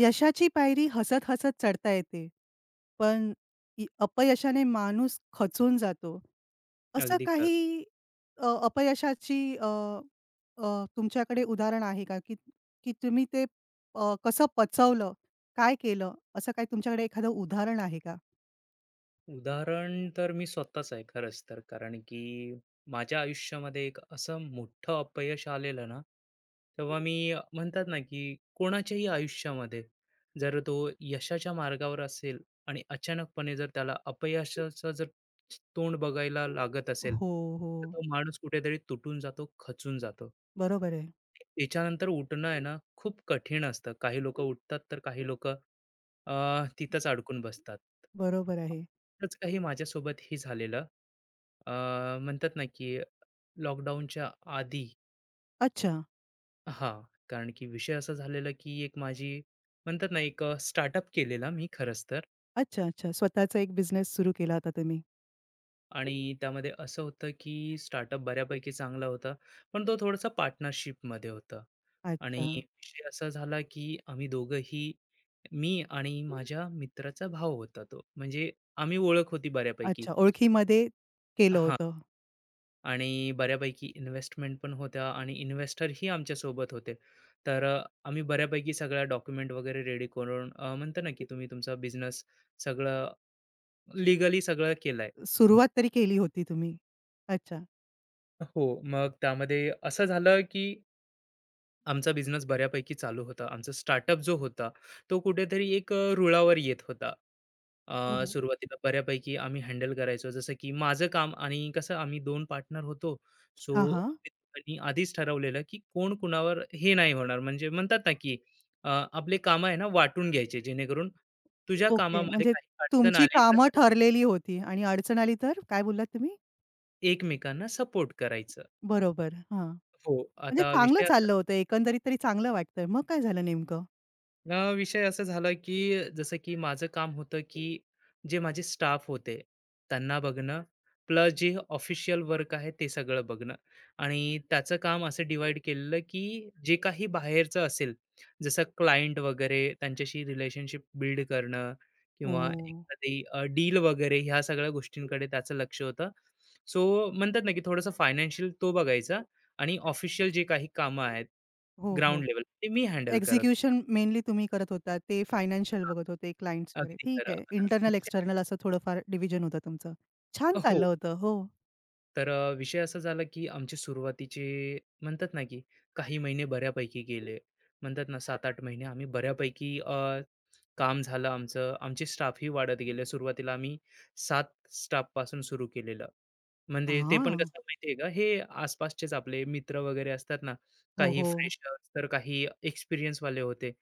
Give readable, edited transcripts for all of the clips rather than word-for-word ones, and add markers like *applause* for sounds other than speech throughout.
यशाची पायरी हसत-हसत चढता येते. पण अपयशाने माणूस खचून जातो. असं अगदी खरं. काही अपयशाची अ, तुमच्याकडे उदाहरण आहे का? की की तुम्ही ते कसं पचवलं? काय केलं? असं काही तुमच्याकडे एखादं उदाहरण आहे का? उदाहरण तर मी स्वतःच आहे खरंच तर. कारण की माझ्या आयुष्यामध्ये एक असं मोठं अपयश आलेलं ना, तेव्हा हं. मी म्हणतात ना, की कोणाच्याही आयुष्यामध्ये जर तो यशाच्या मार्गावर असेल आणि अचानकपणे जर त्याला अपयशाचं जर तोंड बघायला लागत असेल, हो, तर हो. तो माणूस कुठेतरी तुटून जातो, खचून जातो. बरोबर आहे. याच्यानंतर उठणं आहे ना खूप कठीण असतं. काही लोकं उठतात, तर काही लोकं अ, तिथंच अडकून बसतात. बरोबर आहे. असंच काही माझ्यासोबत हे झालेलं. अ, म्हणतात ना, की लॉकडाऊनच्या आधी अच्छा, हां, कारण की विषय असा झालेला, की एक माझी म्हणतात ना, एक स्टार्टअप केलेला मी खरंच तर. अच्छा, अच्छा. स्वतःचा एक बिझनेस सुरू केला होता तुम्ही. आणि त्यामध्ये असं होतं की स्टार्टअप बऱ्यापैकी चांगला होता, पण तो थोडासा पार्टनरशिपमध्ये होता. आणि अच्छा, विषय असा झाला की आम्ही दोघंही मी आणि माझ्या मित्राचा भाऊ होता तो. म्हणजे आम्ही ओळख होती बऱ्यापैकी. अच्छा. ओळखीमध्ये केलं हां. होतं. आणि बऱ्यापैकी इन्व्हेस्टमेंट पण होत्या आणि इन्व्हेस्टरही आमच्यासोबत होते. तर आम्ही बऱ्यापैकी सगळ्या डॉक्युमेंट वगैरे रेडी करून म्हणतो ना की तुम्ही तुमचा बिझनेस सगळं लीगली सगळं केलाय. सुरुवात तरी केली होती तुम्ही? अच्छा. हो, मग त्यामध्ये असं झालं की आमचा बिझनेस बऱ्यापैकी चालू होता. आमचा स्टार्टअप जो होता, तो कुठेतरी एक रुळावर येत होता. हो, हो. सुरुवातीला बऱ्यापैकी आम्ही हँडल करायचो. जसं की माझं काम आणि कसं आम्ही 2 पार्टनर होतो. सो हां, हां. आम्ही दोघांनी आधीच ठरवलेलं, की कोण कुणावर हे नाही होणार. म्हणजे म्हणतात ना, की आपले कामं आहे ना, वाटून घ्यायचे. जेणेकरून तुझ्या ओके. कामामध्ये म्हणजे काही अडचण तुमची आली कामं तर ठरलेली होती आणि अडचण आली तर काय बोललात तुम्ही? एकमेकांना सपोर्ट करायचं. बरोबर. हां. हो, म्हणजे आता चांगलं विषय असा चाललं होतं एकंदरीत तरी चांगलं वाटतंय. मग काय झालं नेमकं? अ, विषय असं झाला की जसं की माझं काम होतं की जे माझे स्टाफ होते त्यांना बघणं प्लस जे ऑफिशियल वर्क आहे ते सगळं बघणं आणि त्याचं काम असं डिवाइड केलेलं की जे काही बाहेरचं असेल जसं क्लायंट वगैरे त्यांच्याशी रिलेशनशिप बिल्ड करणं किंवा ओह! एखादी डील वगैरे ह्या सगळ्या गोष्टींकडे त्याचं लक्ष होतं सो म्हणतात ना की थोडंसं फायनान्शियल तो बघायचा आणि ऑफिशियल जे काही कामं आहेत हो, हो. ग्राउंड लेवल ते मी हँडल करत एक्झिक्युशन मेनली तुम्ही करत होता. ते फायनान्शियल बघत होते, क्लायंट्स वगैरे. अगदी ठीक खरं. आहे. आता इंटर्नल, विचार- एक्सटर्नल असं थोडंफार डिव्हिजन होतं तुमचं. छान हो. चाललं होतं. हो. तर विषय असा झाला की आमची सुरुवातीचे म्हणतात ना की काही महिने बऱ्यापैकी गेले. म्हणतात ना 7-8 महिने आम्ही बऱ्यापैकी काम झालं आमचं. आमचे स्टाफही वाढत गेले. सुरुवातीला आम्ही 7 स्टाफपासून सुरू केलेलं. म्हणजे ते पण हां. कसं माहिती का, हे आसपासचेच आपले मित्र वगैरे असतात ना, हो, काही हो. फ्रेशर्स तर काही एक्सपिरियन्सवाले होते.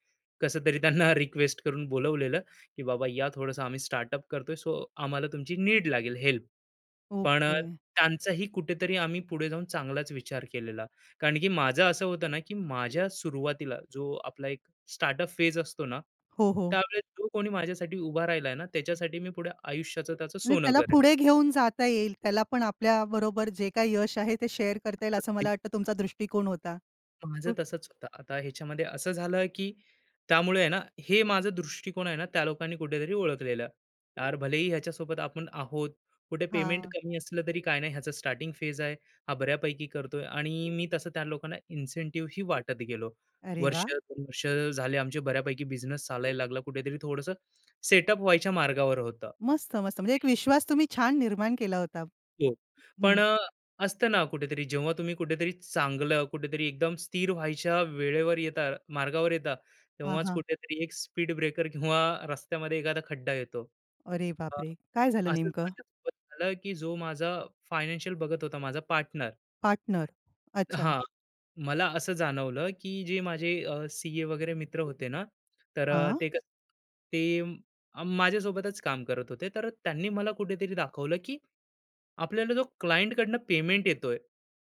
कसं तरी त्यांना रिक्वेस्ट करून बोलवलेलं, की "बाबा या थोडंसं आम्ही स्टार्टअप करतोय, सो आम्हाला तुमची नीड लागेल हेल्प." पण ओके. त्यांचाही कुठेतरी आम्ही पुढे जाऊन चांगलाच विचार केलेला. कारण की माझं असं होतं ना, की माझ्या सुरुवातीला जो आपला एक स्टार्टअप फेज असतो ना, हो, हो. त्यावेळेस जो कोणी माझ्यासाठी उभा राहिला आहे ना, त्याच्यासाठी मी पुढे आयुष्याचं त्याचं म्हणजे सोनं त्याला पुढे घेऊन जाता येईल. त्याला पण आपल्या बरोबर जे काही यश आहे ते शेअर करता येईल असं मला करेन. वाटतं तुमचा दृष्टिकोन होता. माझं खूप तसंच होतं. आता ह्याच्यामध्ये असं झालं, की त्यामुळे आहे ना, हे माझं दृष्टिकोन आहे ना, त्या लोकांनी कुठेतरी ओळखलेलं. यार, भलेही ह्याच्यासोबत आपण आहोत, कुठे पेमेंट हां. कमी असलं तरी काय नाही, ह्याचा स्टार्टिंग फेज आहे, हा बऱ्यापैकी करतोय आणि मी तसं त्या लोकांना इन्सेंटिव्ह ही वाटत गेलो. अरे वर्ष वा, 2 वर्ष झाले आमचे बऱ्यापैकी बिझनेस चालायला लागला. कुठेतरी थोडंसं सेटअप व्हायच्या मार्गावर होतं. मस्त, मस्त. म्हणजे एक विश्वास तुम्ही छान निर्माण केला होता. हो. हं. पण असतं ना कुठेतरी जेव्हा तुम्ही कुठेतरी चांगलं, कुठेतरी एकदम स्थिर व्हायच्या वेळेवर येता, मार्गावर येता, हां, तेव्हाच हां. कुठेतरी एक स्पीड ब्रेकर किंवा रस्त्यामध्ये एखादा खड्डा येतो. अरे अ, बापरे! काय झालं असंच नेमकं? माझ्यासोबत झालं, की जो माझा फायनान्शियल बघत होता माझा पार्टनर पार्टनर. अच्छा. हां, मला असं जाणवलं, की जे माझे सीए वगैरे मित्र होते ना, तर हां. ते कसं ते माझ्यासोबतच काम करत होते. तर त्यांनी मला कुठेतरी दाखवलं, की आपल्याला जो क्लायंटकडनं पेमेंट येतोय,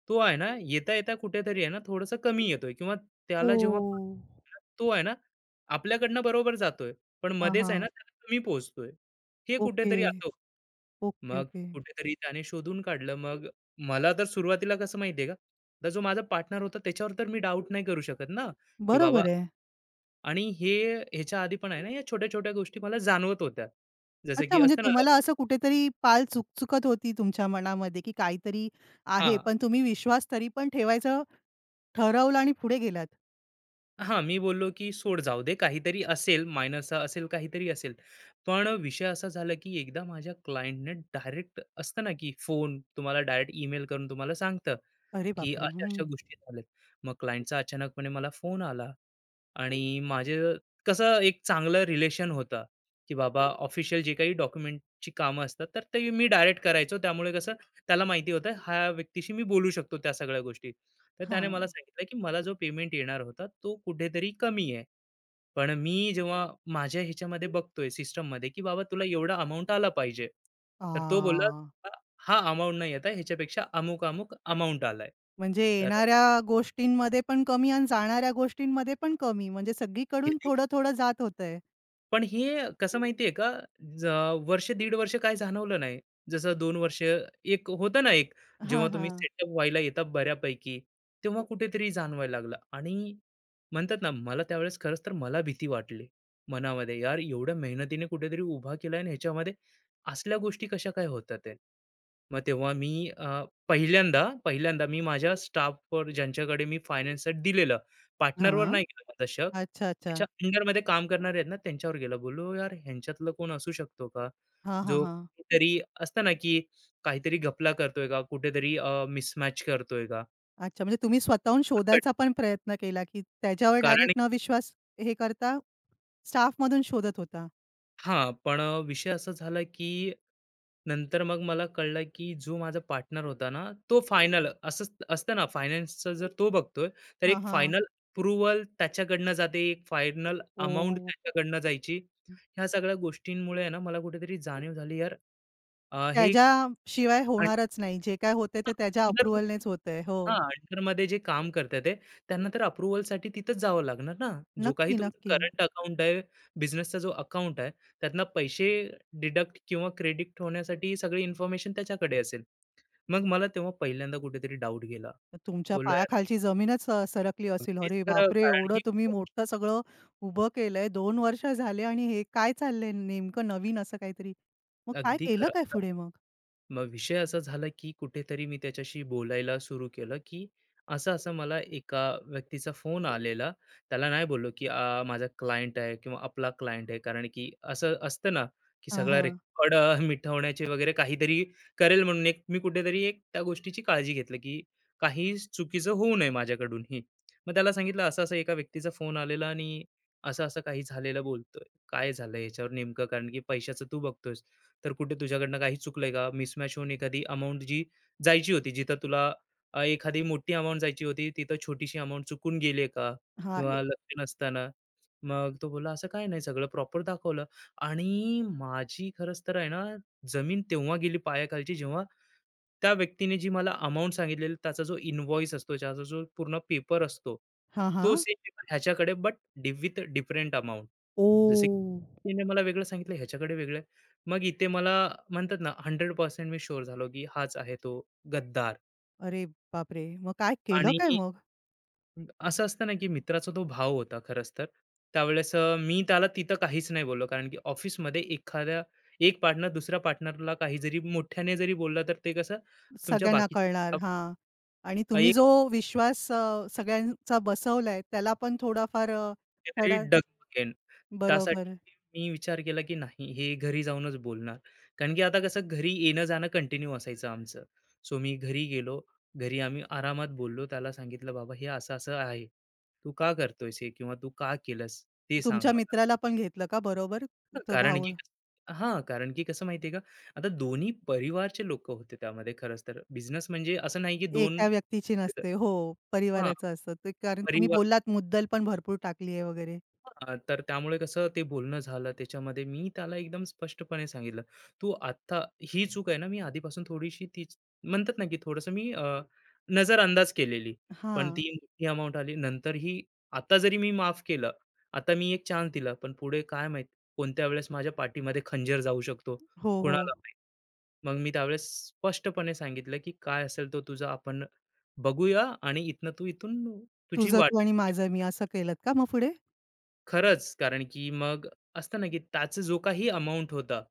तो आहे ना, येता-येता कुठेतरी आहे ना, थोडंसं कमी येतोय किंवा त्याला जेव्हा ओह! *unintelligible* तो आहे ना, आपल्याकडनं बरोबर जातोय, पण हां, मध्येच आहे ना, हां. त्याला कमी पोहोचतोय. हे ओके. कुठेतरी असं ओके, मग ओके. कुठेतरी त्याने शोधून काढलं. मग मला तर सुरुवातीला कसं माहिती का, तर जो माझा पार्टनर होता त्याच्यावर तर मी डाऊट नाही करू शकत ना, की बाबा बरोबर आहे. आणि हे ह्याच्या आधी पण आहे ना, या छोट्या-छोट्या गोष्टी मला जाणवत होत्या. जसं अच्छा, की म्हणजे असतं ना तुम्हाला असं कुठेतरी पाल चुकचुकत होती तुमच्या मनामध्ये, की काहीतरी आहे, हां. पण तुम्ही विश्वास तरी पण ठेवायचं ठरवलं आणि पुढे गेलात. हां, मी बोललो की "सोड जाऊ दे, काहीतरी असेल, मायनसचा असेल, काहीतरी असेल." पण विषय असा झाला की एकदा माझ्या क्लायंटने डायरेक्ट असतं ना की फोन तुम्हाला डायरेक्ट ईमेल करून तुम्हाला सांगतं, अरे की बापरे! हं. अशा-अशा गोष्टी झाल्यात. मग क्लायंटचा अचानकपणे मला फोन आला आणि माझे कसं एक चांगलं रिलेशन होतं, की बाबा ऑफिशियल जे काही डॉक्युमेंटची कामं असतात, तर ते मी डायरेक्ट करायचो. त्यामुळे कसं त्याला माहिती होतं, ह्या व्यक्तीशी मी बोलू शकतो त्या सगळ्या गोष्टी. तर त्याने मला हां. सांगितलं, की मला जो पेमेंट येणार होता, तो कुठेतरी कमी आहे. पण मी जेव्हा माझ्या ह्याच्यामध्ये बघतोय सिस्टममध्ये की बाबा तुला एवढा अमाउंट आला पाहिजे. तर तो बोलला, आ, "हा अमाउंट नाही येत आहे. ह्याच्यापेक्षा अमुक-अमुक अमाउंट आलाय." म्हणजे येणाऱ्या गोष्टींमध्ये पण कमी आणि जाणाऱ्या गोष्टींमध्ये पण कमी. म्हणजे सगळीकडून तर थोडं-थोडं जात होतंय. पण हे कसं माहितीये का, ज वर्ष 1.5 वर्ष काय जाणवलं नाही. जसं 2 वर्ष एक होतं ना एक, जेव्हा हां, तुम्ही हां. सेटअप व्हायला येता बऱ्यापैकी, तेव्हा कुठेतरी जाणवायला लागलं आणि म्हणतात ना, मला त्यावेळेस खरंच तर मला भीती वाटली मनामध्ये, यार एवढ्या मेहनतीने कुठेतरी उभा केलाय आणि ह्याच्यामध्ये असल्या गोष्टी कशा काय होतात आहे. मग तेव्हा मी पहिल्यांदा पहिल्यांदा मी माझ्या स्टाफवर ज्यांच्याकडे मी फायनान्सचं दिलेलं, पार्टनरवर हां. नाही केलं दशक अच्छा, अच्छा. त्याच्या अंडरमध्ये काम करणारे आहेत ना, त्यांच्यावर गेला. बोललो, "यार, ह्यांच्यातलं कोण असू शकतो का? हां, हां, जो हां. कुठेतरी असतं ना, की काहीतरी घपला करतोय का? कुठेतरी मिसमॅच करतोय का?" अच्छा, म्हणजे तुम्ही स्वतःहून कट शोधायचा पण प्रयत्न केला, की त्याच्यावर कारण डायरेक्ट न विश्वास हे करता स्टाफमधून शोधत होता. हां, पण विषय असा झाला, की नंतर मग मला कळलं, की जो माझा पार्टनर होता ना, तो फायनल असंच असतं ना, फायनान्सचं जर तो बघतोय, तर हां, एक हां. फायनल अप्रूव्हल त्याच्याकडनं जाते, एक फायनल अमाउंट ओह! त्याच्याकडनं जायची. ह्या सगळ्या गोष्टींमुळे आहे ना, मला कुठेतरी जाणीव झाली, यार, हे त्याच्याशिवाय होणारच नाही. जे काय होतंय ते हां, त्याच्या अंडरमध्ये अप्रूव्हलनेच होतंय. हो. हां, अंडरमध्ये जे काम करताय ते, त्यांना तर अप्रूव्हलसाठी तिथंच जावं लागणार ना. जो काही नक्की, तुमचा नक्की. करंट अकाउंट आहे, बिझनेसचा जो अकाउंट आहे, त्यातनं पैसे डिडक्ट किंवा क्रेडिट होण्यासाठी ही सगळी इन्फॉर्मेशन त्याच्याकडे असेल. मग मला तेव्हा पहिल्यांदा कुठेतरी डाऊट गेला. तुमच्या बोललो, "यार, पायाखालची जमीनच सरकली असेल. अगदीच अरे खरं." बापरे! कारण एवढं की तुम्ही मोठं सगळं उभं केलंय. 2 वर्ष झाले आणि हे काय चाललंय नेमकं नवीन असं काहीतरी. मग काय अगदी केलं खरं. काय पुढे मग? मग विषय असा झाला की कुठेतरी मी त्याच्याशी बोलायला सुरू केलं की असं असं मला एका व्यक्तीचा फोन आलेला त्याला नाही बोललो की माझा क्लायंट आहे किंवा आपला क्लायंट आहे कारण की असं असतं ना की हां, सगळा हां. रेकॉर्ड *laughs* मिटवण्याचे वगैरे काहीतरी करेल म्हणून एक मी कुठेतरी एक त्या गोष्टीची काळजी घेतलं की काही चुकीचं होऊ नये माझ्याकडूनही मग त्याला सांगितलं असं असं एका व्यक्तीचा फोन आलेला आणि असं असं काही झालेलं बोलतोय काय झालं याच्यावर नेमकं कारण की पैशाचं तू बघतोय तर कुठे तुझ्याकडनं काही चुकलंय का? मिसमॅच होऊन एखादी अमाउंट जी जायची होती, जिथं तुला एखादी मोठी अमाउंट जायची होती, तिथं छोटीशी अमाउंट चुकून गेली का? हां, किंवा ए लक्ष नसताना. मग तो बोलला, "असं काही नाही, सगळं प्रॉपर दाखवलं." आणि माझी खरंच तर आहे ना, जमीन तेव्हा गेली पायाखालची, जेव्हा त्या व्यक्तीने जी मला अमाउंट सांगितलेली, त्याचा जो इन्व्हॉइस असतो, त्याचा जो पूर्ण पेपर असतो, हां, तो हां. सेम ह्याच्याकडे, बट विथ डिफरंट अमाउंट. जसे ओह! की तिने मला वेगळं सांगितलं, ह्याच्याकडे वेगळं मग इथे मला म्हणतात ना 100% मी शुअर झालो, की हाच आहे तो गद्दार अरे बापरे! मग काय केलं आणि काय मग? असं असतं ना, की मित्राचा तो भाव होता खरंच तर. त्यावेळेस मी त्याला तिथं काहीच नाही बोललो कारण की ऑफिसमध्ये एखाद्या एक पार्टनर दुसऱ्या पार्टनरला काही जरी मोठ्याने जरी बोलला, तर ते कसं तुमच्या सगळ्यांना कळणार. बाकीच्या हां. आणि तुम्ही जो विश्वास सगळ्यांचा बसवलाय त्याला पण थोडाफार कुठेतरी धडा डगमगेन. त्यासाठी बरोबर. मी विचार केला, की नाही हे घरी जाऊनच बोलणार. कारण की आता कसं घरी येणं-जाणं कंटिन्यू असायचं आमचं. सो मी घरी गेलो. घरी आम्ही आरामात बोललो. त्याला सांगितलं, "बाबा हे असं-असं आहे. तू का करतोयस हे किंवा तू का केलंस ते सांग तुमच्या मला." मित्राला पण घेतलं का बरोबर? तो कारण भाऊ की हां, कारण की कसं माहिती आहे का, आता दोन्ही परिवारचे लोकं होते त्यामध्ये खरंच तर. बिझनेस म्हणजे असं नाही की 2 एका व्यक्तीची *unintelligible* नसते. हो, हां, परिवाराचं असतं ते. कारण तुम्ही परिवार बोललात मुद्दल पण भरपूर टाकली आहे वगैरे. हां, तर त्यामुळे कसं ते बोलणं झालं त्याच्यामध्ये मी त्याला एकदम स्पष्टपणे सांगितलं, "तू आत्ता ही चूक आहे ना मी आधीपासून थोडीशी ती म्हणतात ना, की थोडंसं मी नजर अंदाज केलेली. पण हां. ती मोठी अमाउंट आली. नंतर ही आता जरी मी माफ केलं, आता मी एक चान्स दिला, पण पुढे काय माहीत कोणत्या वेळेस माझ्या पाठीमध्ये खंजीर जाऊ शकतो, हो, हो. कोणाला माहीत." मग मी त्यावेळेस स्पष्टपणे सांगितलं, की "काय असेल तो तुझा आपण बघूया आणि इथनं तू इथून तुझी तुझं वाट" तू आणि माझं मी असं केलत का मग पुढे? खरंच. कारण की मग असतं ना, की त्याचा जो काही अमाउंट होता,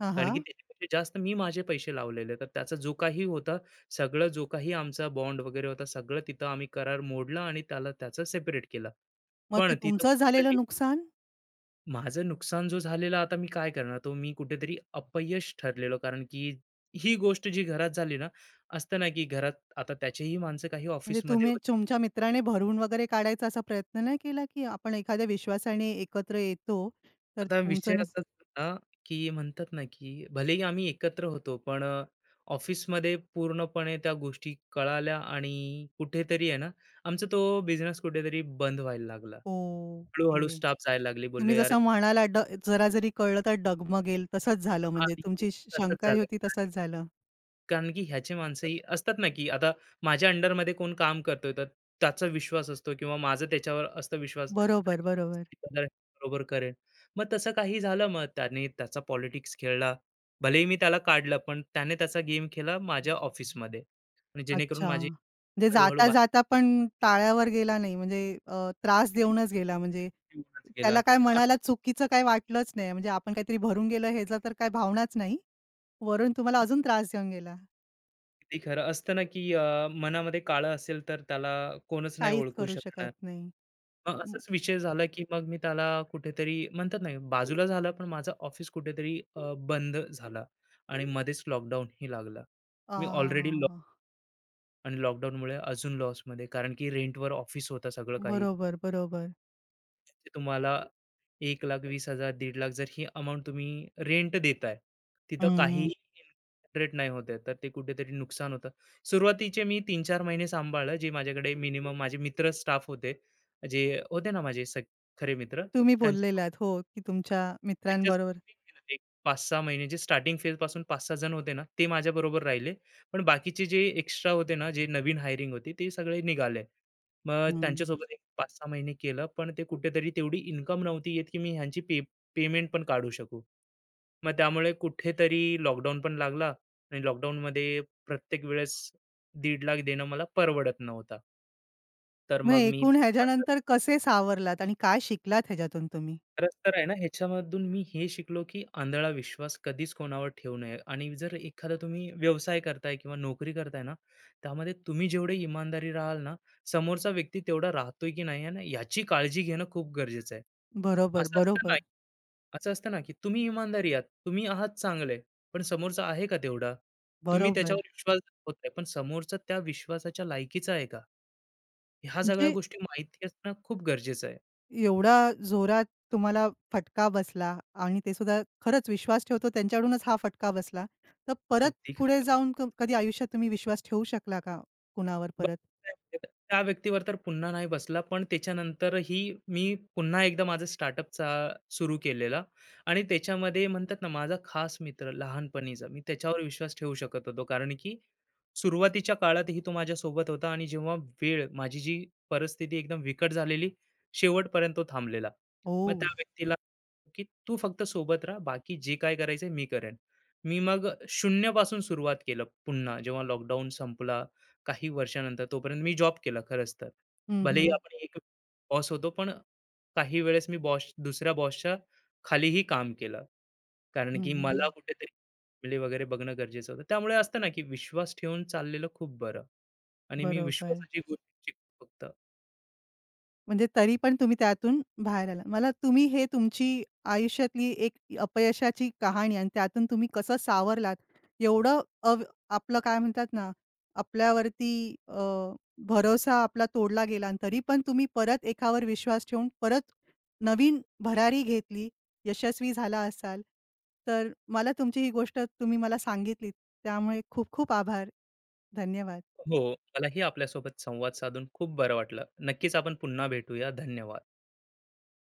हां, कारण की हां. त्याच्यापेक्षा जास्त मी माझे पैसे लावलेले. तर त्याचा जो काही होता, सगळं जो काही आमचा बॉन्ड वगैरे होता, सगळं तिथं आम्ही करार मोडला आणि त्याला त्याचं सेपरेट केलं. मग पण ते तिथं तुमचं झालेलं कुठेतरी नुकसान? माझं नुकसान जो झालेलं, आता मी काय करणार? तो मी कुठेतरी अपयश ठरलेलो. कारण की ही गोष्ट जी घरात झाली ना, असतं ना, की घरात आता त्याचीही माणसं काही म्हणजे ऑफिसमध्ये तुम्ही होती. तुमच्या मित्राने भरून वगैरे काढायचा असा प्रयत्न नाही केला, की आपण एखाद्या विश्वासाने एकत्र येतो, तर आता विषय तुमचं असाच होता की म्हणतात ना की भलेही आम्ही एकत्र होतो पण ऑफिसमध्ये पूर्णपणे त्या गोष्टी कळाल्या आणि कुठेतरी आहे ना आमचा तो बिझनेस कुठेतरी बंद व्हायला लागला. हळू-हळू ओके. स्टाफ जायला लागले. तुम्ही बोलले, "अरे, जसं म्हणाला जरा जरी कळलं तर डगमगेल तसंच झालं म्हणजे आधी तुमची तसंच शंका होती झालं." तसंच झालं. कारण की ह्याची माणसंही असतात ना, की आता माझ्या अंडरमध्ये कोण काम करतोय, तर त्याचा विश्वास असतो किंवा माझा त्याच्यावर असतो विश्वास, अरे, बरोबर, बरोबर. मी बदल बरोबर करेन. मग तसं काही झालं, मग त्याने त्याचा पॉलिटिक्स खेळला. भलेही मी त्याला काढलं, पण त्याने त्याचा गेम खेळला माझ्या ऑफिसमध्ये आणि जेणेकरून अच्छा. माझी म्हणजे हळू-हळू बातमी जाता-जाता पण टाळ्यावर गेला नाही म्हणजे त्रास अगदी देऊनच गेला म्हणजे होऊनच गेला. त्याला काय मनाला चुकीचं काही वाटलंच नाही. म्हणजे आपण काहीतरी भरून गेलं ह्याचा तर काही भावनाच नाही. वरून तुम्हाला अजून त्रास देऊन गेला. अगदी खरं असतं ना, की मनामध्ये काळं असेल, तर त्याला कोणच नाही काहीच ओळखू करू शकत शकणार. नाही. मग म असाच विषय झाला, की मग मी त्याला कुठेतरी म्हणतात ना, बाजूला झाला, पण माझं ऑफिस कुठेतरी बंद झाला आणि मध्येच लॉकडाऊन ही लागला. अ, मी ऑलरेडी लॉ आणि लॉकडाऊनमुळे अजून लॉसमध्ये कारण की रेंटवर ऑफिस होता सगळं काही. बरोबर, बरोबर. ते तुम्हाला 1,20,000 1,00,000 जर ही अमाउंट तुम्ही रेंट देताय, तिथं काही हं, रेट नाही होत आहे, तर ते कुठेतरी नुकसान होतं. सुरुवातीचे मी 3-4 महिने सांभाळलं, जे माझ्याकडे मिनिमम माझे मित्र स्टाफ होते, जे होते ना माझे खरे मित्र, तुम्ही त्यांच्या बोललेलात हो, की तुमच्या त्यांच्यासोबत मित्रांबरोबर. मी केलं ते 5-6 महिन्याचे स्टार्टिंग फेजपासून 5-6 जण होते ना, ते माझ्याबरोबर राहिले. पण बाकीचे जे एक्स्ट्रा होते ना, जे नवीन हायरिंग होती, ते सगळे निघाले. मग हं. त्यांच्यासोबत एक 5-6 महिने केलं, पण ते कुठेतरी तेवढी इन्कम नव्हती येत, की मी ह्यांची पे पेमेंट पण काढू शकू. मग त्यामुळे कुठेतरी लॉकडाऊन पण लागला आणि लॉकडाऊनमध्ये प्रत्येक वेळेस 1.5 लाख देणं मला परवडत नव्हता. तर मग मग मी एकूण ते बंद ह्याच्यानंतर कसे सावरलात आणि काय शिकलात ह्याच्यातून तुम्ही? खरंच तर आहे ना, ह्याच्यामधून मी हे शिकलो, की आंधळा विश्वास कधीच कोणावर ठेवू नये आणि जर एखादा तुम्ही व्यवसाय करताय किंवा नोकरी करताय ना, त्यामध्ये तुम्ही जेवढे इमानदारी राहाल ना, समोरचा व्यक्ती तेवढा राहतोय की नाही आहे ना, याची काळजी घेणं खूप गरजेचं आहे. बरोबर, असं असतं बरोबर, नाही असं असतं ना, की तुम्ही इमानदारी आहात, तुम्ही आहात चांगले, पण समोरचा आहे का तेवढा? तुम्ही त्याच्यावर बरोबर. विश्वास दाखवताय, पण समोरचा त्या विश्वासाच्या लायकीचा आहे का? ह्या सगळ्या म्हणजे गोष्टी माहिती असणं खूप गरजेचं आहे. एवढा जोरात तुम्हाला फटका बसला आणि ते सुद्धा खरंच विश्वास ठेवतो त्यांच्याकडूनच हा फटका बसला. तर परत अगदी पुढे खरं. जाऊन कधी आयुष्यात तुम्ही विश्वास ठेवू शकला का कुणावर परत? बरोबर आहे. त्या व्यक्तीवर तर पुन्हा नाही बसला, पण त्याच्यानंतरही मी पुन्हा एकदा माझं स्टार्टअपचा सुरू केलेला आणि त्याच्यामध्ये म्हणतात ना, माझा खास मित्र लहानपणीचा, मी त्याच्यावर विश्वास ठेवू शकत होतो. कारण की सुरुवातीच्या काळातही तो माझ्यासोबत होता आणि जेव्हा वेळ माझी जी परिस्थिती एकदम बिकट झालेली, शेवटपर्यंत तो थांबलेला. मग ओह! त्या व्यक्तीला, की "तू फक्त सोबत राहा, बाकी जे काय करायचंय मी करेन." मी मग शून्यापासून सुरुवात केलं पुन्हा जेव्हा लॉकडाऊन संपला काही वर्षानंतर तोपर्यंत मी जॉब केला खरंच तर. हं, भलेही हं. आपण एक बॉस होतो, पण काही वेळेस मी बॉस दुसऱ्या बॉसच्या खालीही काम केलं. कारण हं, की हं. मला कुठेतरी फॅमिली वगैरे बघणं गरजेचं होतं. त्यामुळे असतं ना, की विश्वास ठेवून चाललेलं खूप बरं आणि मी बरोबर. विश्वासाची गोष्ट शिकलो फक्त. म्हणजे तरी पण तुम्ही त्यातून बाहेर आला. मला तुम्ही हे तुमची आयुष्यातली एक अपयशाची कहाणी आणि त्यातून तुम्ही कसं सावरलात, एवढं अव आपलं काय म्हणतात ना, आपल्यावरती अ, भरोसा आपला तोडला गेला आणि तरी पण तुम्ही परत एकावर विश्वास ठेवून परत नवीन भरारी घेतली, यशस्वी झाला असाल. तर मला तुमची ही गोष्ट तुम्ही मला सांगितलीत, त्यामुळे खूप खूप आभार. धन्यवाद. हो, मलाही आपल्यासोबत संवाद साधून खूप बरं वाटलं. नक्कीच आपण पुन्हा भेटूया. धन्यवाद.